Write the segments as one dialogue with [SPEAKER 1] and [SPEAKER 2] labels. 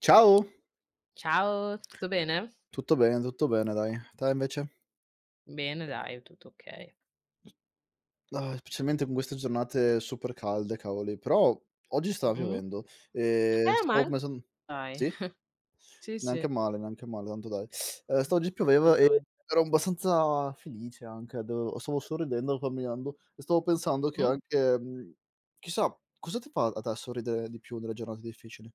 [SPEAKER 1] Ciao,
[SPEAKER 2] Ciao, tutto bene?
[SPEAKER 1] tutto bene dai. Te invece?
[SPEAKER 2] Bene dai, tutto okay.
[SPEAKER 1] Ah, specialmente con queste giornate super calde, cavoli. Però oggi stava
[SPEAKER 2] Mh-mh.
[SPEAKER 1] piovendo e
[SPEAKER 2] Ma
[SPEAKER 1] stavo pensan
[SPEAKER 2] dai.
[SPEAKER 1] sì?
[SPEAKER 2] Sì, sì,
[SPEAKER 1] Neanche male, tanto dai. Sta oggi pioveva e
[SPEAKER 2] assolutamen
[SPEAKER 1] ero abbastanza felice anche, devo stavo sorridendo camminando e stavo pensando che anche, chissà cosa ti fa a te sorridere di più nelle giornate difficili?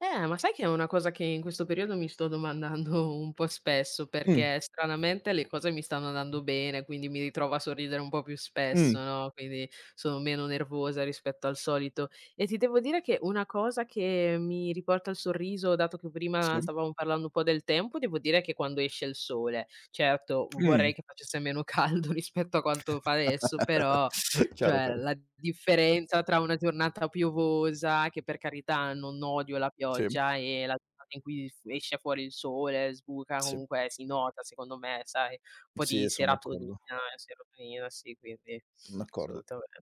[SPEAKER 2] Ma sai che è una cosa che in questo periodo mi sto domandando un po' spesso,
[SPEAKER 1] Mh,
[SPEAKER 2] perché stranamente le cose mi stanno andando bene, quindi mi ritrovo a sorridere un po' più
[SPEAKER 1] mh.
[SPEAKER 2] spesso, no, quindi sono meno nervosa rispetto al solito. E ti devo dire che una cosa che mi riporta il sorriso, dato che prima
[SPEAKER 1] Sì.
[SPEAKER 2] stavamo parlando un po' del tempo, devo dire che quando esce il sole. Certo, vorrei
[SPEAKER 1] Mh.
[SPEAKER 2] che facesse meno caldo rispetto a quanto fa adesso, però
[SPEAKER 1] Chiaro,
[SPEAKER 2] cioè,
[SPEAKER 1] chiaro.
[SPEAKER 2] la differenza tra una giornata piovosa, che per carità non odio la
[SPEAKER 1] Sì,
[SPEAKER 2] pioggia, e la giornata in cui f esce fuori il sole, sbuca,
[SPEAKER 1] sì.
[SPEAKER 2] comunque si nota secondo me, sai, un po' di
[SPEAKER 1] Sì, sono
[SPEAKER 2] serotonina
[SPEAKER 1] d'accordo.
[SPEAKER 2] serotonina, sì, quindi
[SPEAKER 1] D'accordo.
[SPEAKER 2] assolutamente.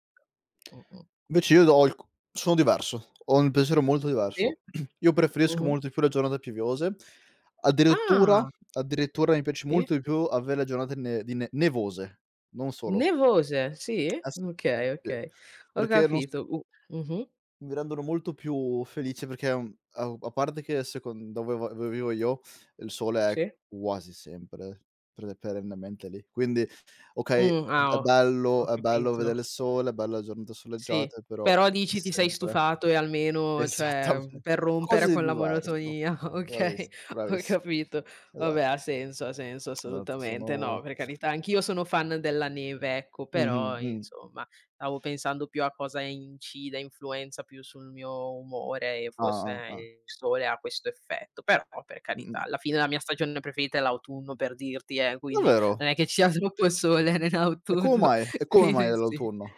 [SPEAKER 2] Mh-mh.
[SPEAKER 1] Invece io ho il c sono diverso, ho un pensiero molto
[SPEAKER 2] Sì?
[SPEAKER 1] diverso. Io preferisco
[SPEAKER 2] Mh-mh.
[SPEAKER 1] molto di più le giornate piovose, addirittura
[SPEAKER 2] Ah,
[SPEAKER 1] addirittura mi piace
[SPEAKER 2] sì?
[SPEAKER 1] molto di più avere le giornate ne di ne nevose, non solo.
[SPEAKER 2] Nevose, sì?
[SPEAKER 1] Eh sì,
[SPEAKER 2] Okay,
[SPEAKER 1] sì,
[SPEAKER 2] okay. Ho
[SPEAKER 1] perché non s
[SPEAKER 2] capito. U Mh-mh,
[SPEAKER 1] mi rendono molto più felice perché, a parte che secon dove vivo io, il sole è
[SPEAKER 2] sì.
[SPEAKER 1] quasi sempre pre perennemente lì. Quindi okay, è
[SPEAKER 2] Ah,
[SPEAKER 1] è
[SPEAKER 2] ho
[SPEAKER 1] bello, è bello
[SPEAKER 2] capito.
[SPEAKER 1] vedere il sole, è bella la giornata
[SPEAKER 2] Sì,
[SPEAKER 1] soleggiata, però
[SPEAKER 2] però
[SPEAKER 1] è
[SPEAKER 2] dici ti sei
[SPEAKER 1] sempre
[SPEAKER 2] stufato e almeno cioè,
[SPEAKER 1] esattamente
[SPEAKER 2] per
[SPEAKER 1] qualcosa
[SPEAKER 2] rompere
[SPEAKER 1] di
[SPEAKER 2] con la
[SPEAKER 1] diverso.
[SPEAKER 2] monotonia, okay,
[SPEAKER 1] Bravissi
[SPEAKER 2] ho
[SPEAKER 1] bravissi
[SPEAKER 2] capito. Vabbè
[SPEAKER 1] Esatto,
[SPEAKER 2] ha senso
[SPEAKER 1] esatto,
[SPEAKER 2] assolutamente. No,
[SPEAKER 1] sono
[SPEAKER 2] per carità, anch'io sono fan della neve, ecco,
[SPEAKER 1] mh-mh,
[SPEAKER 2] però
[SPEAKER 1] mh.
[SPEAKER 2] insomma stavo pensando più a cosa incida, influenza più sul mio umore e
[SPEAKER 1] Ah,
[SPEAKER 2] forse
[SPEAKER 1] ah, ah.
[SPEAKER 2] il sole ha questo effetto, però per carità,
[SPEAKER 1] Mh-mh.
[SPEAKER 2] alla fine la mia stagione preferita è l'autunno per dirti, quindi
[SPEAKER 1] Davvero?
[SPEAKER 2] non è che ci sia troppo sole
[SPEAKER 1] E come
[SPEAKER 2] nell'autunno.
[SPEAKER 1] mai e come mai
[SPEAKER 2] Quindi sì.
[SPEAKER 1] dell'autunno?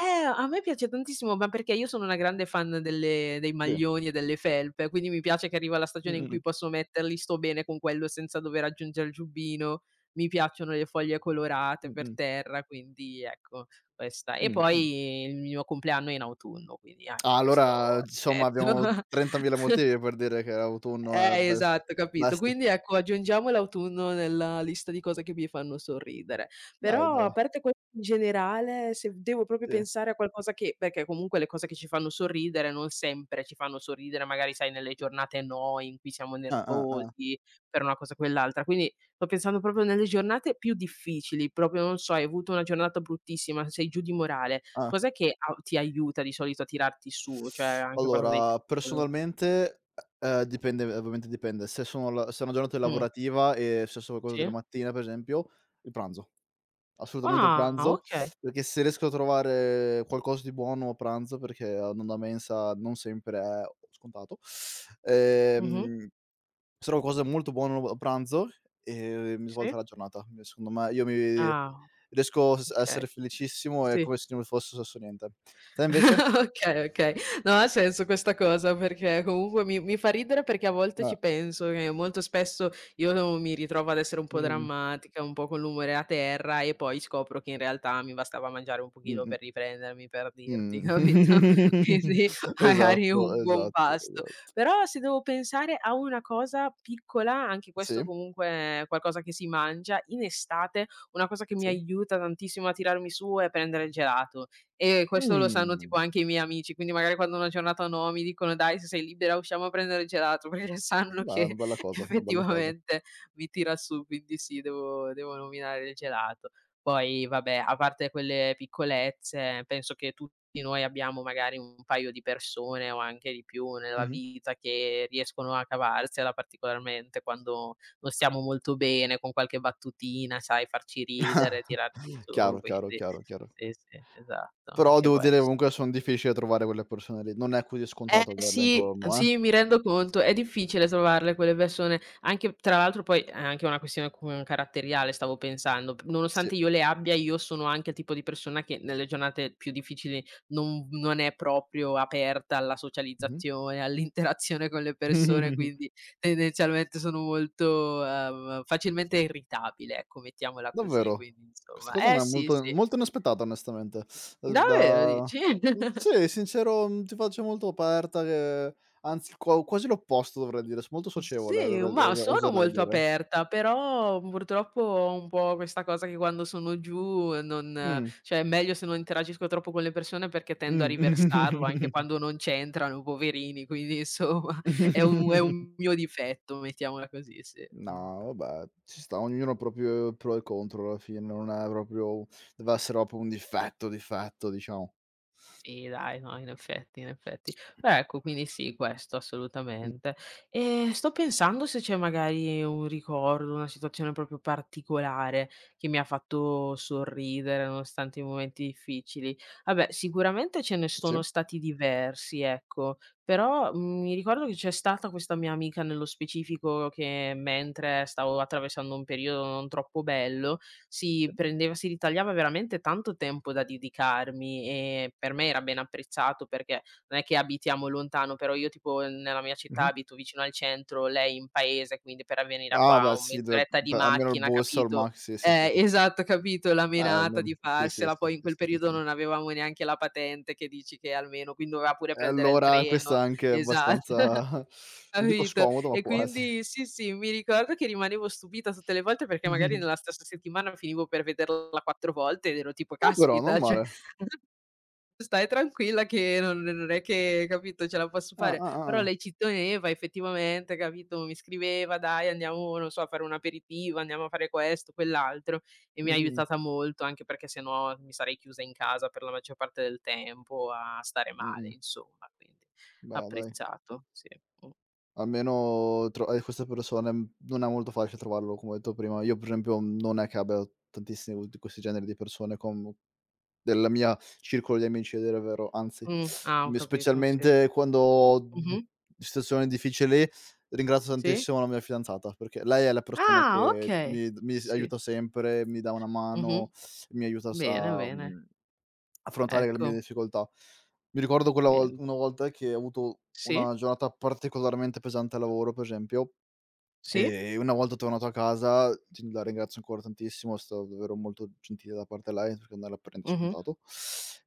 [SPEAKER 2] A me piace tantissimo, ma perché io sono una grande fan delle dei
[SPEAKER 1] Sì.
[SPEAKER 2] maglioni e delle felpe, quindi mi piace che arriva la stagione in cui
[SPEAKER 1] Mh-mh,
[SPEAKER 2] posso metterli, sto bene con quello senza dover aggiungere il giubbino. Mi piacciono le foglie colorate per
[SPEAKER 1] mh-mh.
[SPEAKER 2] terra, quindi ecco questa. E
[SPEAKER 1] Mh, mh.
[SPEAKER 2] poi il mio compleanno è in autunno, quindi anche
[SPEAKER 1] Ah,
[SPEAKER 2] questo
[SPEAKER 1] allora insomma abbiamo
[SPEAKER 2] aspetto.
[SPEAKER 1] 30.000 motivi per dire che autunno è best
[SPEAKER 2] Esatto, capito.
[SPEAKER 1] best.
[SPEAKER 2] Quindi ecco, aggiungiamo l'autunno nella lista di cose che mi fanno sorridere.
[SPEAKER 1] Dai,
[SPEAKER 2] Però a
[SPEAKER 1] dai,
[SPEAKER 2] parte questo in generale, se devo proprio
[SPEAKER 1] sì.
[SPEAKER 2] pensare a qualcosa che perché comunque le cose che ci fanno sorridere non sempre ci fanno sorridere, magari sai nelle giornate noi in cui siamo
[SPEAKER 1] Ah, ah, ah,
[SPEAKER 2] nervosi per una cosa o quell'altra. Quindi sto pensando proprio nelle giornate più difficili, proprio non so, hai avuto una giornata bruttissima, sei giù di morale,
[SPEAKER 1] ah.
[SPEAKER 2] cos'è che a ti aiuta di solito a tirarti su? Cioè anche qualcosa di
[SPEAKER 1] Allora
[SPEAKER 2] piccolo.
[SPEAKER 1] personalmente, dipende, ovviamente dipende. Se sono la se è una giornata
[SPEAKER 2] Mh,
[SPEAKER 1] lavorativa e se sono cose della
[SPEAKER 2] sì?
[SPEAKER 1] mattina, per esempio, il pranzo. Assolutamente il
[SPEAKER 2] Ah,
[SPEAKER 1] pranzo,
[SPEAKER 2] okay.
[SPEAKER 1] perché se riesco a trovare qualcosa di buono a pranzo, perché andando a mensa non sempre è scontato,
[SPEAKER 2] Mh-mh.
[SPEAKER 1] ehm sono cose molto buono a pranzo e mi
[SPEAKER 2] Sì.
[SPEAKER 1] svolta la giornata. Mi Secondo me io mi
[SPEAKER 2] Ah,
[SPEAKER 1] riesco s a
[SPEAKER 2] okay.
[SPEAKER 1] essere felicissimo, è
[SPEAKER 2] Sì.
[SPEAKER 1] come se non fosse successo niente. Te invece?
[SPEAKER 2] Okay, okay. No, ha senso questa cosa perché comunque mi fa ridere perché a volte
[SPEAKER 1] Ah,
[SPEAKER 2] ci penso che molto spesso io mi ritrovo ad essere un po'
[SPEAKER 1] mh-mh,
[SPEAKER 2] drammatica, un po' con l'umore a terra e poi scopro che in realtà mi bastava mangiare un pochino
[SPEAKER 1] mh-mh.
[SPEAKER 2] per riprendermi, per dirti, capito? Quindi magari
[SPEAKER 1] Esatto,
[SPEAKER 2] un buon
[SPEAKER 1] esatto,
[SPEAKER 2] pasto.
[SPEAKER 1] esa
[SPEAKER 2] Però se devo pensare a una cosa piccola, anche questo
[SPEAKER 1] sì,
[SPEAKER 2] comunque è qualcosa che si mangia, in estate una cosa che mi
[SPEAKER 1] sì.
[SPEAKER 2] aiuta tantissimo a tirarmi su è prendere il gelato. E questo lo sanno tipo
[SPEAKER 1] Mh,
[SPEAKER 2] anche i miei amici, quindi magari quando una giornata no, mi dicono: "Dai, se sei libera usciamo a prendere il gelato", perché sanno
[SPEAKER 1] beh, è
[SPEAKER 2] che
[SPEAKER 1] una bella cosa, una bella cosa.
[SPEAKER 2] effettivamente mi tira su, quindi sì, devo nominare il gelato. Poi vabbè, a parte quelle piccolezze, penso che tutti noi abbiamo magari un paio di persone o anche di più nella
[SPEAKER 1] Mh-mh.
[SPEAKER 2] vita che riescono a cavarsela particolarmente quando non stiamo molto bene, con qualche battutina, sai, farci ridere, tirarci su,
[SPEAKER 1] Chiaro, chiaro,
[SPEAKER 2] quindi
[SPEAKER 1] chiaro, chiaro.
[SPEAKER 2] sì, sì, esatto,
[SPEAKER 1] Però
[SPEAKER 2] anche
[SPEAKER 1] devo dire,
[SPEAKER 2] ques
[SPEAKER 1] comunque, son difficili da trovare quelle persone lì, non è così
[SPEAKER 2] eh
[SPEAKER 1] scontato averle
[SPEAKER 2] sì,
[SPEAKER 1] intorno, eh.
[SPEAKER 2] sì, mi rendo conto, è difficile trovarle quelle persone, anche tra l'altro poi è anche una questione cu caratteriale stavo pensando, p
[SPEAKER 1] Sì.
[SPEAKER 2] nonostante io le abbia, io sono anche il tipo di persona che nelle giornate più difficili non è proprio aperta alla
[SPEAKER 1] Mh-mh.
[SPEAKER 2] socializzazione, all'interazione con le persone, quindi tendenzialmente sono molto, facilmente irritabile, ecco, mettiamola così,
[SPEAKER 1] Davvero?
[SPEAKER 2] quindi
[SPEAKER 1] Questa
[SPEAKER 2] insomma
[SPEAKER 1] cosa
[SPEAKER 2] eh
[SPEAKER 1] non è
[SPEAKER 2] sì,
[SPEAKER 1] molto
[SPEAKER 2] sì.
[SPEAKER 1] molto inaspettata, onestamente. Da
[SPEAKER 2] Davvero dici?
[SPEAKER 1] sì, sincero, ti faccio molto aperta che, anzi, quasi l'opposto dovrei dire, s molto socievole
[SPEAKER 2] Sì,
[SPEAKER 1] dovrei
[SPEAKER 2] ma
[SPEAKER 1] osa
[SPEAKER 2] sono
[SPEAKER 1] oserei
[SPEAKER 2] molto
[SPEAKER 1] dire.
[SPEAKER 2] aperta, però purtroppo ho un po' questa cosa che quando sono giù non
[SPEAKER 1] Mh.
[SPEAKER 2] cioè è meglio se non interagisco troppo con le persone perché tendo a riversarlo anche
[SPEAKER 1] Mh.
[SPEAKER 2] quando non c'entrano, poverini, quindi insomma è un mio difetto, mettiamola così, sì. Mh.
[SPEAKER 1] No, vabbè, ci sta, ognuno ha proprio pro e contro alla fine, non è proprio, deve essere proprio un difetto, difetto diciamo.
[SPEAKER 2] Sì dai, no, in effetti, in effetti. Beh, ecco, quindi sì, questo
[SPEAKER 1] Mh,
[SPEAKER 2] assolutamente. E sto pensando se c'è magari un ricordo, una situazione proprio particolare che mi ha fatto sorridere nonostante i momenti difficili. Vabbè, sicuramente ce ne
[SPEAKER 1] sì,
[SPEAKER 2] sono stati diversi, ecco, però, mi ricordo che c'è stata questa mia amica nello specifico che mentre stavo attraversando un periodo non troppo bello,
[SPEAKER 1] sì.
[SPEAKER 2] si ritagliava veramente tanto tempo da dedicarmi e per me era ben apprezzato perché non è che abitiamo lontano, però io tipo nella mia città
[SPEAKER 1] Mh-mh.
[SPEAKER 2] abito vicino al centro, lei in paese, quindi per venire a
[SPEAKER 1] Ah
[SPEAKER 2] qua
[SPEAKER 1] beh
[SPEAKER 2] una
[SPEAKER 1] sì, deve
[SPEAKER 2] mezz'oretta di
[SPEAKER 1] almeno il
[SPEAKER 2] macchina,
[SPEAKER 1] busto, il
[SPEAKER 2] capito?
[SPEAKER 1] max, sì, sì, sì, sì.
[SPEAKER 2] Esatto, capito, la
[SPEAKER 1] Ah,
[SPEAKER 2] menata
[SPEAKER 1] non
[SPEAKER 2] di
[SPEAKER 1] sì, sì,
[SPEAKER 2] farsela,
[SPEAKER 1] sì,
[SPEAKER 2] poi in
[SPEAKER 1] sì,
[SPEAKER 2] quel
[SPEAKER 1] sì, sì,
[SPEAKER 2] periodo
[SPEAKER 1] sì.
[SPEAKER 2] non avevamo neanche la patente che dici che almeno quindi doveva pure
[SPEAKER 1] E
[SPEAKER 2] prendere il
[SPEAKER 1] allora questa
[SPEAKER 2] treno.
[SPEAKER 1] è anche
[SPEAKER 2] Esatto,
[SPEAKER 1] abbastanza non dico
[SPEAKER 2] capito.
[SPEAKER 1] scomodo, ma
[SPEAKER 2] E
[SPEAKER 1] quasi.
[SPEAKER 2] quindi sì, sì, mi ricordo che rimanevo stupita tutte le volte perché magari nella stessa settimana finivo per vederla 4 volte ed ero tipo:
[SPEAKER 1] No, però non
[SPEAKER 2] "Caspita, cioè".
[SPEAKER 1] male.
[SPEAKER 2] Stai tranquilla che non non è che capito, ce la posso
[SPEAKER 1] Ah,
[SPEAKER 2] fare.
[SPEAKER 1] ah,
[SPEAKER 2] Però
[SPEAKER 1] ah, ah.
[SPEAKER 2] lei ci teneva effettivamente, capito, mi scriveva: "Dai andiamo, non so, a fare un aperitivo, andiamo a fare questo, quell'altro" e mi ha
[SPEAKER 1] Mh-mh,
[SPEAKER 2] aiutata molto, anche perché se no mi sarei chiusa in casa per la maggior parte del tempo a stare male
[SPEAKER 1] mh-mh.
[SPEAKER 2] insomma, quindi
[SPEAKER 1] Beh, dai,
[SPEAKER 2] apprezzato, sì. Mh.
[SPEAKER 1] almeno tro queste persone, non è molto facile trovarlo, come ho detto prima. Io per esempio non è che abbia tantissimi di questi generi di persone con del mia circolo di amici a dire il vero, anzi,
[SPEAKER 2] Mh. Ah, ho
[SPEAKER 1] mi
[SPEAKER 2] capito, sì.
[SPEAKER 1] specialmente quando ho,
[SPEAKER 2] Mh-mh.
[SPEAKER 1] situazioni difficili, ringrazio
[SPEAKER 2] Sì?
[SPEAKER 1] tantissimo la mia fidanzata, perché lei è la persona
[SPEAKER 2] Ah,
[SPEAKER 1] che
[SPEAKER 2] okay.
[SPEAKER 1] mi d mi s
[SPEAKER 2] Sì.
[SPEAKER 1] aiuta sempre, mi dà una
[SPEAKER 2] Mh-mh.
[SPEAKER 1] mano, mi aiuta s
[SPEAKER 2] Bene,
[SPEAKER 1] a
[SPEAKER 2] bene.
[SPEAKER 1] affrontare le mie
[SPEAKER 2] Ecco,
[SPEAKER 1] difficoltà. Mi ricordo quella vol
[SPEAKER 2] bene.
[SPEAKER 1] una volta che ho avuto
[SPEAKER 2] Sì,
[SPEAKER 1] una giornata particolarmente pesante al lavoro, per esempio,
[SPEAKER 2] sì.
[SPEAKER 1] e una volta tornato a casa, ti la ringrazio ancora tantissimo, è stata davvero molto gentile da parte lei, perché non era per niente
[SPEAKER 2] Mh-mh.
[SPEAKER 1] scontato.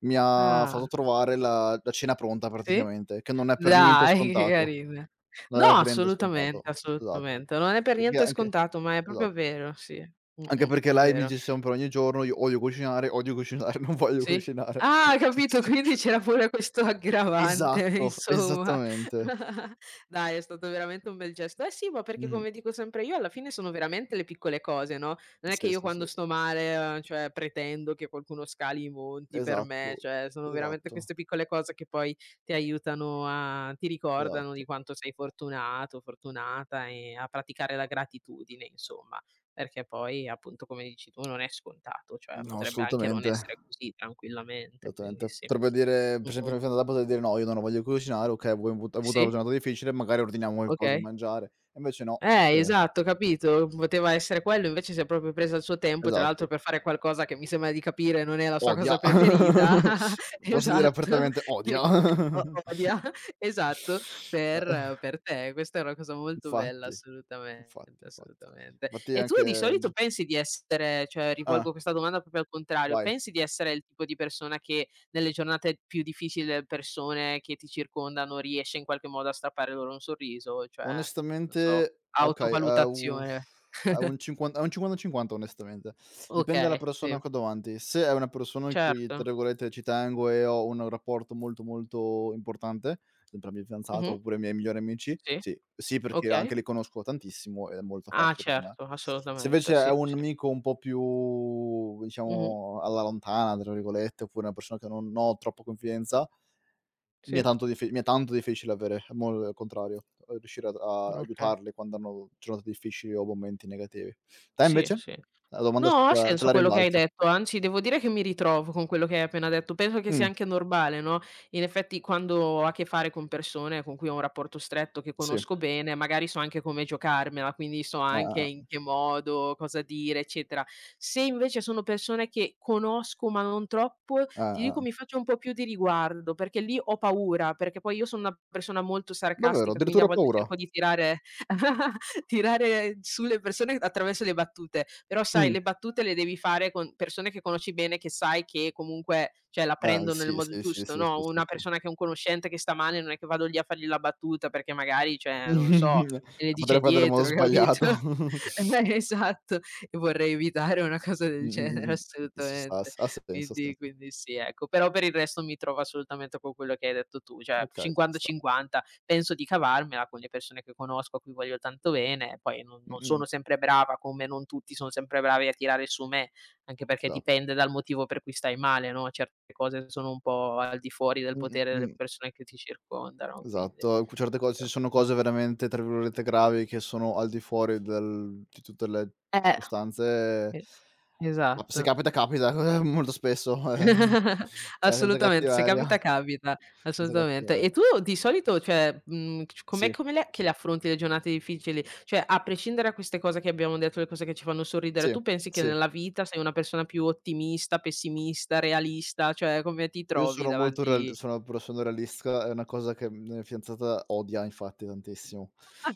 [SPEAKER 1] Mi ha
[SPEAKER 2] Ah,
[SPEAKER 1] fatto trovare la cena pronta
[SPEAKER 2] sì?
[SPEAKER 1] praticamente, che non è per niente
[SPEAKER 2] Dai, che
[SPEAKER 1] scontato,
[SPEAKER 2] carina. No,
[SPEAKER 1] non è per niente scontato,
[SPEAKER 2] assolutamente,
[SPEAKER 1] esatto.
[SPEAKER 2] assolutamente. Non è per
[SPEAKER 1] Perché
[SPEAKER 2] niente
[SPEAKER 1] anche
[SPEAKER 2] scontato, ma è
[SPEAKER 1] esatto.
[SPEAKER 2] proprio vero, sì.
[SPEAKER 1] Anche
[SPEAKER 2] Mh-mh,
[SPEAKER 1] perché
[SPEAKER 2] è
[SPEAKER 1] lei mi
[SPEAKER 2] vero.
[SPEAKER 1] dice sempre ogni giorno: "Io odio cucinare, non voglio
[SPEAKER 2] Sì.
[SPEAKER 1] cucinare".
[SPEAKER 2] Ah,
[SPEAKER 1] Sì,
[SPEAKER 2] capito,
[SPEAKER 1] sì.
[SPEAKER 2] quindi
[SPEAKER 1] Sì.
[SPEAKER 2] c'era pure questo aggravante,
[SPEAKER 1] Esatto,
[SPEAKER 2] insomma.
[SPEAKER 1] esattamente.
[SPEAKER 2] Dai, è stato veramente un bel gesto. Eh sì, ma perché
[SPEAKER 1] Mh-mh.
[SPEAKER 2] come dico sempre io alla fine sono veramente le piccole cose, no, non è che
[SPEAKER 1] Sì,
[SPEAKER 2] io
[SPEAKER 1] sì,
[SPEAKER 2] quando
[SPEAKER 1] sì.
[SPEAKER 2] sto male, cioè pretendo che qualcuno scali i monti per me,
[SPEAKER 1] Esatto,
[SPEAKER 2] cioè sono veramente
[SPEAKER 1] esatto,
[SPEAKER 2] queste piccole cose che poi ti aiutano a ti ricordano di
[SPEAKER 1] esatto.
[SPEAKER 2] quanto sei fortunato, fortunata e a praticare la gratitudine insomma, perché poi appunto come dici tu non è scontato, cioè
[SPEAKER 1] No,
[SPEAKER 2] potrebbe anche non
[SPEAKER 1] assolutamente,
[SPEAKER 2] essere così tranquillamente, quindi
[SPEAKER 1] assolutamente.
[SPEAKER 2] sì.
[SPEAKER 1] Potrebbe dire, per esempio,
[SPEAKER 2] Mh-mh.
[SPEAKER 1] mia fidanzata potrebbe dire: "No, io non ho voglia di cucinare, okay, voi avuto una
[SPEAKER 2] Sì?
[SPEAKER 1] giornata difficile, magari ordiniamo qualcosa da
[SPEAKER 2] Okay.
[SPEAKER 1] mangiare." E invece no,
[SPEAKER 2] Esatto, capito? Poteva essere quello, invece si è proprio presa il suo tempo, tra l'altro
[SPEAKER 1] esatto,
[SPEAKER 2] per fare qualcosa che mi sembra di capire non è la sua
[SPEAKER 1] odia.
[SPEAKER 2] cosa preferita.
[SPEAKER 1] Posso dire
[SPEAKER 2] Esatto,
[SPEAKER 1] apertamente odia.
[SPEAKER 2] che o odia, esatto,
[SPEAKER 1] Eh,
[SPEAKER 2] per te. Questa è una cosa molto bella,
[SPEAKER 1] infatti,
[SPEAKER 2] assolutamente,
[SPEAKER 1] infatti, infatti.
[SPEAKER 2] assolutamente.
[SPEAKER 1] Infatti
[SPEAKER 2] E tu
[SPEAKER 1] anche
[SPEAKER 2] di solito pensi di essere cioè
[SPEAKER 1] eh,
[SPEAKER 2] rivolgo questa domanda proprio al contrario,
[SPEAKER 1] vai.
[SPEAKER 2] pensi di essere il tipo di persona che nelle giornate più difficili delle persone che ti circondano riesce in qualche modo a strappare loro un sorriso? Cioè, non so.
[SPEAKER 1] Onestamente okay, uff,
[SPEAKER 2] Autovalutazione.
[SPEAKER 1] è un 50/50 onestamente. Dipende dalla
[SPEAKER 2] Okay, sì,
[SPEAKER 1] persona che ho davanti. Se è una persona in cui, tra
[SPEAKER 2] certo.
[SPEAKER 1] virgolette, "ci tengo" e ho un rapporto molto, molto importante, sempre la mia fidanzata
[SPEAKER 2] Mh-mh.
[SPEAKER 1] oppure i miei migliori amici,
[SPEAKER 2] Sì,
[SPEAKER 1] sì. Sì, perché anche
[SPEAKER 2] okay.
[SPEAKER 1] li conosco tantissimo ed è molto
[SPEAKER 2] Ah
[SPEAKER 1] facile per me.
[SPEAKER 2] certo,
[SPEAKER 1] Se
[SPEAKER 2] assolutamente,
[SPEAKER 1] invece è
[SPEAKER 2] sì,
[SPEAKER 1] un
[SPEAKER 2] sì.
[SPEAKER 1] amico un po' più
[SPEAKER 2] Mh-mh.
[SPEAKER 1] diciamo "alla lontana", tra virgolette, oppure una persona che non ho troppa confidenza,
[SPEAKER 2] Sì,
[SPEAKER 1] mi è tanto difficile avere mo il contrario, riuscire ad a
[SPEAKER 2] okay.
[SPEAKER 1] aiutarli quando hanno giornate difficili o momenti negativi. Te
[SPEAKER 2] Sì,
[SPEAKER 1] invece?
[SPEAKER 2] sì.
[SPEAKER 1] La domanda s te
[SPEAKER 2] No, ha
[SPEAKER 1] la te
[SPEAKER 2] senso
[SPEAKER 1] la
[SPEAKER 2] quello che hai
[SPEAKER 1] rimbalzo.
[SPEAKER 2] detto, anzi devo dire che mi ritrovo con quello che hai appena detto. Penso che sia
[SPEAKER 1] Mh,
[SPEAKER 2] anche normale, no, in effetti quando ho a che fare con persone con cui ho un rapporto stretto, che
[SPEAKER 1] sì.
[SPEAKER 2] conosco bene, magari so anche come giocarmela, quindi so anche
[SPEAKER 1] Ah-ah,
[SPEAKER 2] in che modo, cosa dire, eccetera. Se invece sono persone che conosco ma non troppo, ti dico
[SPEAKER 1] ah-ah.
[SPEAKER 2] mi faccio un po' più di riguardo, perché lì ho paura, perché poi io sono una persona molto
[SPEAKER 1] Davvero?
[SPEAKER 2] sarcastica, quindi a
[SPEAKER 1] Addirittura
[SPEAKER 2] volte
[SPEAKER 1] paura?
[SPEAKER 2] cerco di tirare tirare sulle persone attraverso le battute, però sai
[SPEAKER 1] Mh.
[SPEAKER 2] le battute le devi fare con persone che conosci bene, che sai che comunque, cioè, la prendono nel
[SPEAKER 1] Sì,
[SPEAKER 2] modo
[SPEAKER 1] sì, sì,
[SPEAKER 2] giusto,
[SPEAKER 1] sì, sì,
[SPEAKER 2] no,
[SPEAKER 1] sì,
[SPEAKER 2] una
[SPEAKER 1] sì.
[SPEAKER 2] persona che è un conoscente che sta male, non è che vado lì a fargli la battuta perché magari, cioè, non lo so, me le
[SPEAKER 1] La
[SPEAKER 2] dice
[SPEAKER 1] potrei prendere in modo
[SPEAKER 2] dietro, capito?
[SPEAKER 1] sbagliato.
[SPEAKER 2] Esatto, e vorrei evitare una cosa del genere
[SPEAKER 1] Mh. Ci sta, ha
[SPEAKER 2] assolutamente.
[SPEAKER 1] senso, ha
[SPEAKER 2] Quindi
[SPEAKER 1] senso.
[SPEAKER 2] quindi sì, ecco. Però per il resto mi trovo assolutamente con quello che hai detto tu, cioè
[SPEAKER 1] Okay, ci sta.
[SPEAKER 2] 50-50 penso di cavarmela con le persone che conosco, a cui voglio tanto bene, poi non
[SPEAKER 1] Mh,
[SPEAKER 2] non
[SPEAKER 1] mh, mh.
[SPEAKER 2] sono sempre brava, come non tutti son sempre bravi a tirare su me, anche perché
[SPEAKER 1] Esatto.
[SPEAKER 2] dipende dal motivo per cui stai male, no, certe cose sono un po' al di fuori del
[SPEAKER 1] Mh,
[SPEAKER 2] potere
[SPEAKER 1] mh,
[SPEAKER 2] delle
[SPEAKER 1] mh.
[SPEAKER 2] persone che ti circondano, quindi
[SPEAKER 1] Esatto, cu certe cose, ci sono
[SPEAKER 2] mh.
[SPEAKER 1] cose veramente, tra virgolette, "gravi" che sono al di fuori del di tutte le
[SPEAKER 2] Eh,
[SPEAKER 1] circostanze,
[SPEAKER 2] e
[SPEAKER 1] ma se
[SPEAKER 2] esatto.
[SPEAKER 1] capita, capita, molto spesso, cioè senza
[SPEAKER 2] Assolutamente, se
[SPEAKER 1] cattiveria,
[SPEAKER 2] capita, capita,
[SPEAKER 1] senza
[SPEAKER 2] assolutamente.
[SPEAKER 1] cattiveria.
[SPEAKER 2] E tu di solito, cioè, c com'è
[SPEAKER 1] Sì,
[SPEAKER 2] come le che le affronti le giornate difficili? Cioè, a prescindere da queste cose che abbiamo detto, le cose che ci fanno sorridere,
[SPEAKER 1] sì,
[SPEAKER 2] tu pensi che
[SPEAKER 1] sì.
[SPEAKER 2] nella vita sei una persona più ottimista, pessimista, realista? Cioè, come ti
[SPEAKER 1] Io
[SPEAKER 2] trovi
[SPEAKER 1] sono molto real
[SPEAKER 2] davanti
[SPEAKER 1] sono però sono realista, è una cosa che mia fidanzata odia infatti tantissimo.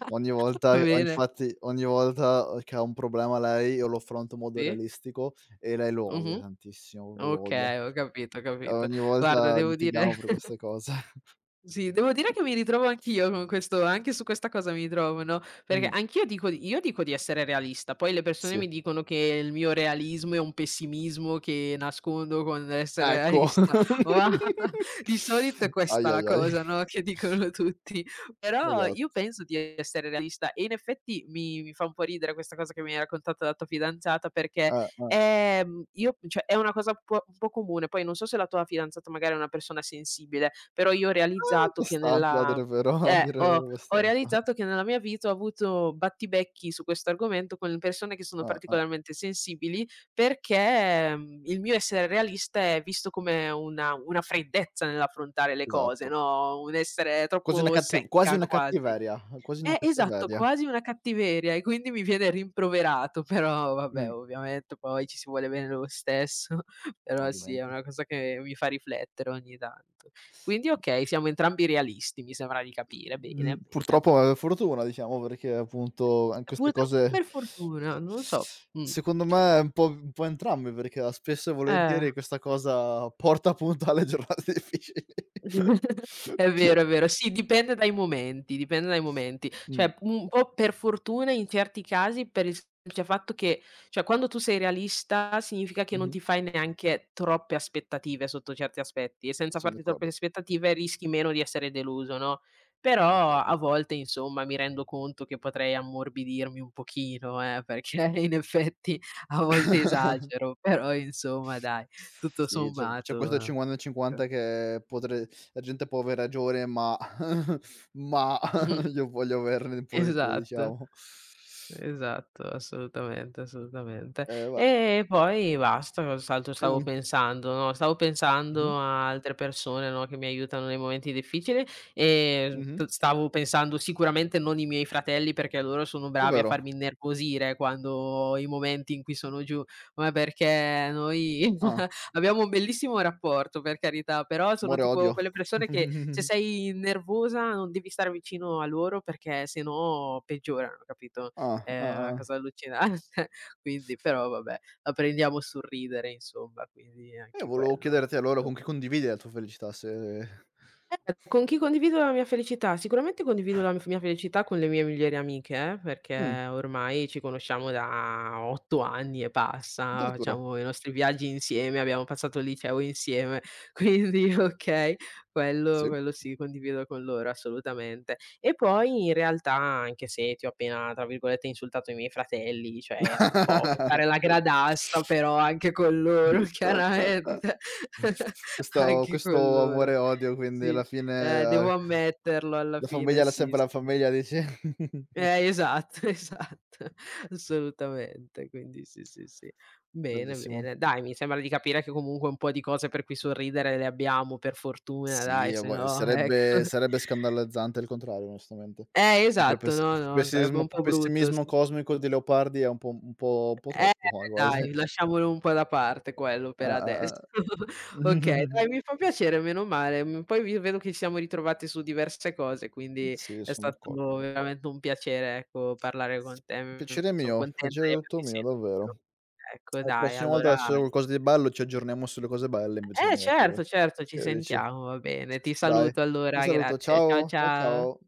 [SPEAKER 1] Ogni volta che, o
[SPEAKER 2] bene,
[SPEAKER 1] infatti ogni volta, che ha un problema lei, io lo affronto in modo
[SPEAKER 2] sì,
[SPEAKER 1] realistico e lei lo odia
[SPEAKER 2] mh-mh,
[SPEAKER 1] tantissimo, proprio lo odia.
[SPEAKER 2] okay, ho capito, ho capito.
[SPEAKER 1] Ogni
[SPEAKER 2] Guarda,
[SPEAKER 1] volta
[SPEAKER 2] devo dire.
[SPEAKER 1] litighiamo per queste cose.
[SPEAKER 2] Sì, devo dire che mi ritrovo anch'io con questo, anche su questa cosa mi ritrovo, no, perché
[SPEAKER 1] Mh,
[SPEAKER 2] anch'io dico di- io dico di essere realista, poi le persone
[SPEAKER 1] sì,
[SPEAKER 2] mi dicono che il mio realismo è un pessimismo che nascondo con l'essere
[SPEAKER 1] ecco.
[SPEAKER 2] realista, ma di solito è
[SPEAKER 1] Ai,
[SPEAKER 2] questa la
[SPEAKER 1] ai, ai.
[SPEAKER 2] cosa, no, che dicono tutti. Però io
[SPEAKER 1] Esatto.
[SPEAKER 2] penso di essere realista e in effetti mi fa un po' ridere questa cosa che mi hai raccontato della tua fidanzata perché,
[SPEAKER 1] Eh.
[SPEAKER 2] io, cioè è una cosa un po' comune, poi non so se la tua fidanzata magari è una persona sensibile, però io ho realizzato che
[SPEAKER 1] Abbastanza a
[SPEAKER 2] nella
[SPEAKER 1] dire il vero, a
[SPEAKER 2] eh,
[SPEAKER 1] dire
[SPEAKER 2] ho ho
[SPEAKER 1] abbastanza.
[SPEAKER 2] realizzato che nella mia vita ho avuto battibecchi su questo argomento con persone che sono
[SPEAKER 1] Eh.
[SPEAKER 2] particolarmente sensibili, perché, mhmm, il mio essere realista è visto come una freddezza nell'affrontare le cose,
[SPEAKER 1] Esatto.
[SPEAKER 2] no, un essere
[SPEAKER 1] Quasi una
[SPEAKER 2] troppo
[SPEAKER 1] cattiv quasi
[SPEAKER 2] secca
[SPEAKER 1] una
[SPEAKER 2] quasi.
[SPEAKER 1] cattiveria, quasi una
[SPEAKER 2] Esatto,
[SPEAKER 1] cattiveria.
[SPEAKER 2] quasi una cattiveria, e quindi mi viene rimproverato, però vabbè,
[SPEAKER 1] Mh,
[SPEAKER 2] ovviamente poi ci si vuole bene lo stesso, però sì, è
[SPEAKER 1] ovviamente.
[SPEAKER 2] una cosa che mi fa riflettere ogni tanto. Quindi okay, siamo entrambi realisti, mi sembra di capire. Bene,
[SPEAKER 1] Mhmm,
[SPEAKER 2] bene.
[SPEAKER 1] purtroppo è fortuna diciamo, perché appunto,
[SPEAKER 2] E
[SPEAKER 1] queste
[SPEAKER 2] purtroppo
[SPEAKER 1] cose
[SPEAKER 2] per fortuna, non lo so. Mh.
[SPEAKER 1] secondo me un po', un po' entrambe, perché spesso e
[SPEAKER 2] Eh.
[SPEAKER 1] volentieri questa cosa porta appunto alle giornate difficili.
[SPEAKER 2] È vero, è vero. Sì, dipende dai momenti, dipende dai momenti.
[SPEAKER 1] Mh,
[SPEAKER 2] Cioè, un po' per fortuna in certi casi, per il semplice fatto che cioè quando tu sei realista significa che non
[SPEAKER 1] mh-mh,
[SPEAKER 2] ti fai neanche troppe aspettative sotto certi aspetti, e senza
[SPEAKER 1] son
[SPEAKER 2] farti troppe
[SPEAKER 1] d'accordo,
[SPEAKER 2] aspettative rischi meno di essere deluso, no, però
[SPEAKER 1] d'accordo.
[SPEAKER 2] a volte insomma mi rendo conto che potrei ammorbidirmi un pochino, perché in effetti a volte esagero, però insomma dai, tutto
[SPEAKER 1] Sì, c'è
[SPEAKER 2] sommato,
[SPEAKER 1] questo
[SPEAKER 2] eh.
[SPEAKER 1] 50 e 50 che potre la gente può aver ragione, ma ma
[SPEAKER 2] Mh-mh.
[SPEAKER 1] io voglio averne un po' di più
[SPEAKER 2] Esatto.
[SPEAKER 1] diciamo.
[SPEAKER 2] Esatto, assolutamente, assolutamente.
[SPEAKER 1] Va
[SPEAKER 2] E poi basta, cos'altro
[SPEAKER 1] io
[SPEAKER 2] stavo pensando, no, stavo
[SPEAKER 1] mh-mh,
[SPEAKER 2] pensando a altre persone, no, che mi aiutano nei momenti difficili,
[SPEAKER 1] mh-mh.
[SPEAKER 2] t stavo pensando sicuramente non i miei fratelli, perché loro sono bravi a
[SPEAKER 1] Davvero?
[SPEAKER 2] farmi innervosire quando ho i momenti in cui sono giù, ma perché noi
[SPEAKER 1] Ah,
[SPEAKER 2] abbiamo un bellissimo rapporto per carità, però sono
[SPEAKER 1] amore e
[SPEAKER 2] tipo
[SPEAKER 1] odio.
[SPEAKER 2] quelle persone che se sei nervosa non devi stare vicino a loro perché se no peggiorano, capito?
[SPEAKER 1] Ah,
[SPEAKER 2] È una
[SPEAKER 1] ah-ah.
[SPEAKER 2] cosa allucinante, quindi però vabbè, la prendiamo sul ridere insomma, quindi
[SPEAKER 1] E
[SPEAKER 2] anche
[SPEAKER 1] volevo
[SPEAKER 2] quello.
[SPEAKER 1] chiederti allora con chi condividi la tua felicità se
[SPEAKER 2] Con chi condivido la mia felicità? Sicuramente condivido la f mia felicità con le mie migliori amiche, perché
[SPEAKER 1] mh,
[SPEAKER 2] ormai ci conosciamo da 8 anni e passa,
[SPEAKER 1] addirittura,
[SPEAKER 2] facciamo i nostri viaggi insieme, abbiamo passato il liceo insieme, quindi okay, quello
[SPEAKER 1] sì.
[SPEAKER 2] quello sì, condivido con loro assolutamente. E poi in realtà, anche se ti ho appena, tra virgolette, "insultato" i miei fratelli, cioè era un po' per fare la gradassa, però anche con loro chiaramente,
[SPEAKER 1] Questo
[SPEAKER 2] anche con
[SPEAKER 1] questo
[SPEAKER 2] loro.
[SPEAKER 1] amore e odio, quindi
[SPEAKER 2] Sì.
[SPEAKER 1] alla fine,
[SPEAKER 2] Devo ammetterlo, alla
[SPEAKER 1] la
[SPEAKER 2] fine
[SPEAKER 1] famiglia la
[SPEAKER 2] sì,
[SPEAKER 1] sempre
[SPEAKER 2] sì.
[SPEAKER 1] la famiglia dici?
[SPEAKER 2] Esatto, esatto, assolutamente. Quindi sì, sì, sì. Bene,
[SPEAKER 1] Bellissimo.
[SPEAKER 2] bene. Dai, mi sembra di capire che comunque un po' di cose per cui sorridere le abbiamo per fortuna
[SPEAKER 1] Sì,
[SPEAKER 2] dai,
[SPEAKER 1] e
[SPEAKER 2] se
[SPEAKER 1] poi
[SPEAKER 2] no ecco.
[SPEAKER 1] sarebbe sarebbe scandalizzante il contrario, onestamente. Sempre
[SPEAKER 2] Esatto, no, no, sarebbe
[SPEAKER 1] pessimismo
[SPEAKER 2] un po' brutto s.
[SPEAKER 1] pessimismo cosmico di Leopardi è un po' un po' un po'
[SPEAKER 2] Eh,
[SPEAKER 1] troppo, quasi.
[SPEAKER 2] dai, lasciamolo un po' da parte quello per adesso.
[SPEAKER 1] Ah-ah-ah.
[SPEAKER 2] Okay, dai, mi fa piacere, meno male. Mhmm, poi vi vedo che ci siamo ritrovati su diverse cose, quindi
[SPEAKER 1] Sì,
[SPEAKER 2] è
[SPEAKER 1] son d'accordo.
[SPEAKER 2] stato veramente un piacere, ecco, parlare con te. Mhmm,
[SPEAKER 1] Piacere
[SPEAKER 2] son
[SPEAKER 1] mio,
[SPEAKER 2] contenta
[SPEAKER 1] piacere
[SPEAKER 2] di
[SPEAKER 1] tutto
[SPEAKER 2] averti
[SPEAKER 1] mio,
[SPEAKER 2] sentito.
[SPEAKER 1] davvero.
[SPEAKER 2] Ecco
[SPEAKER 1] La
[SPEAKER 2] dai,
[SPEAKER 1] prossima
[SPEAKER 2] allora
[SPEAKER 1] volta se c'è qualcosa di bello ci aggiorniamo sulle cose belle invece che
[SPEAKER 2] eh
[SPEAKER 1] negative.
[SPEAKER 2] certo, certo, ci
[SPEAKER 1] Che ne dici?
[SPEAKER 2] sentiamo, va bene. Ti
[SPEAKER 1] Dai,
[SPEAKER 2] saluto
[SPEAKER 1] ti
[SPEAKER 2] allora,
[SPEAKER 1] saluto,
[SPEAKER 2] grazie. Ciao,
[SPEAKER 1] ciao, ciao,
[SPEAKER 2] ciao.
[SPEAKER 1] ciao.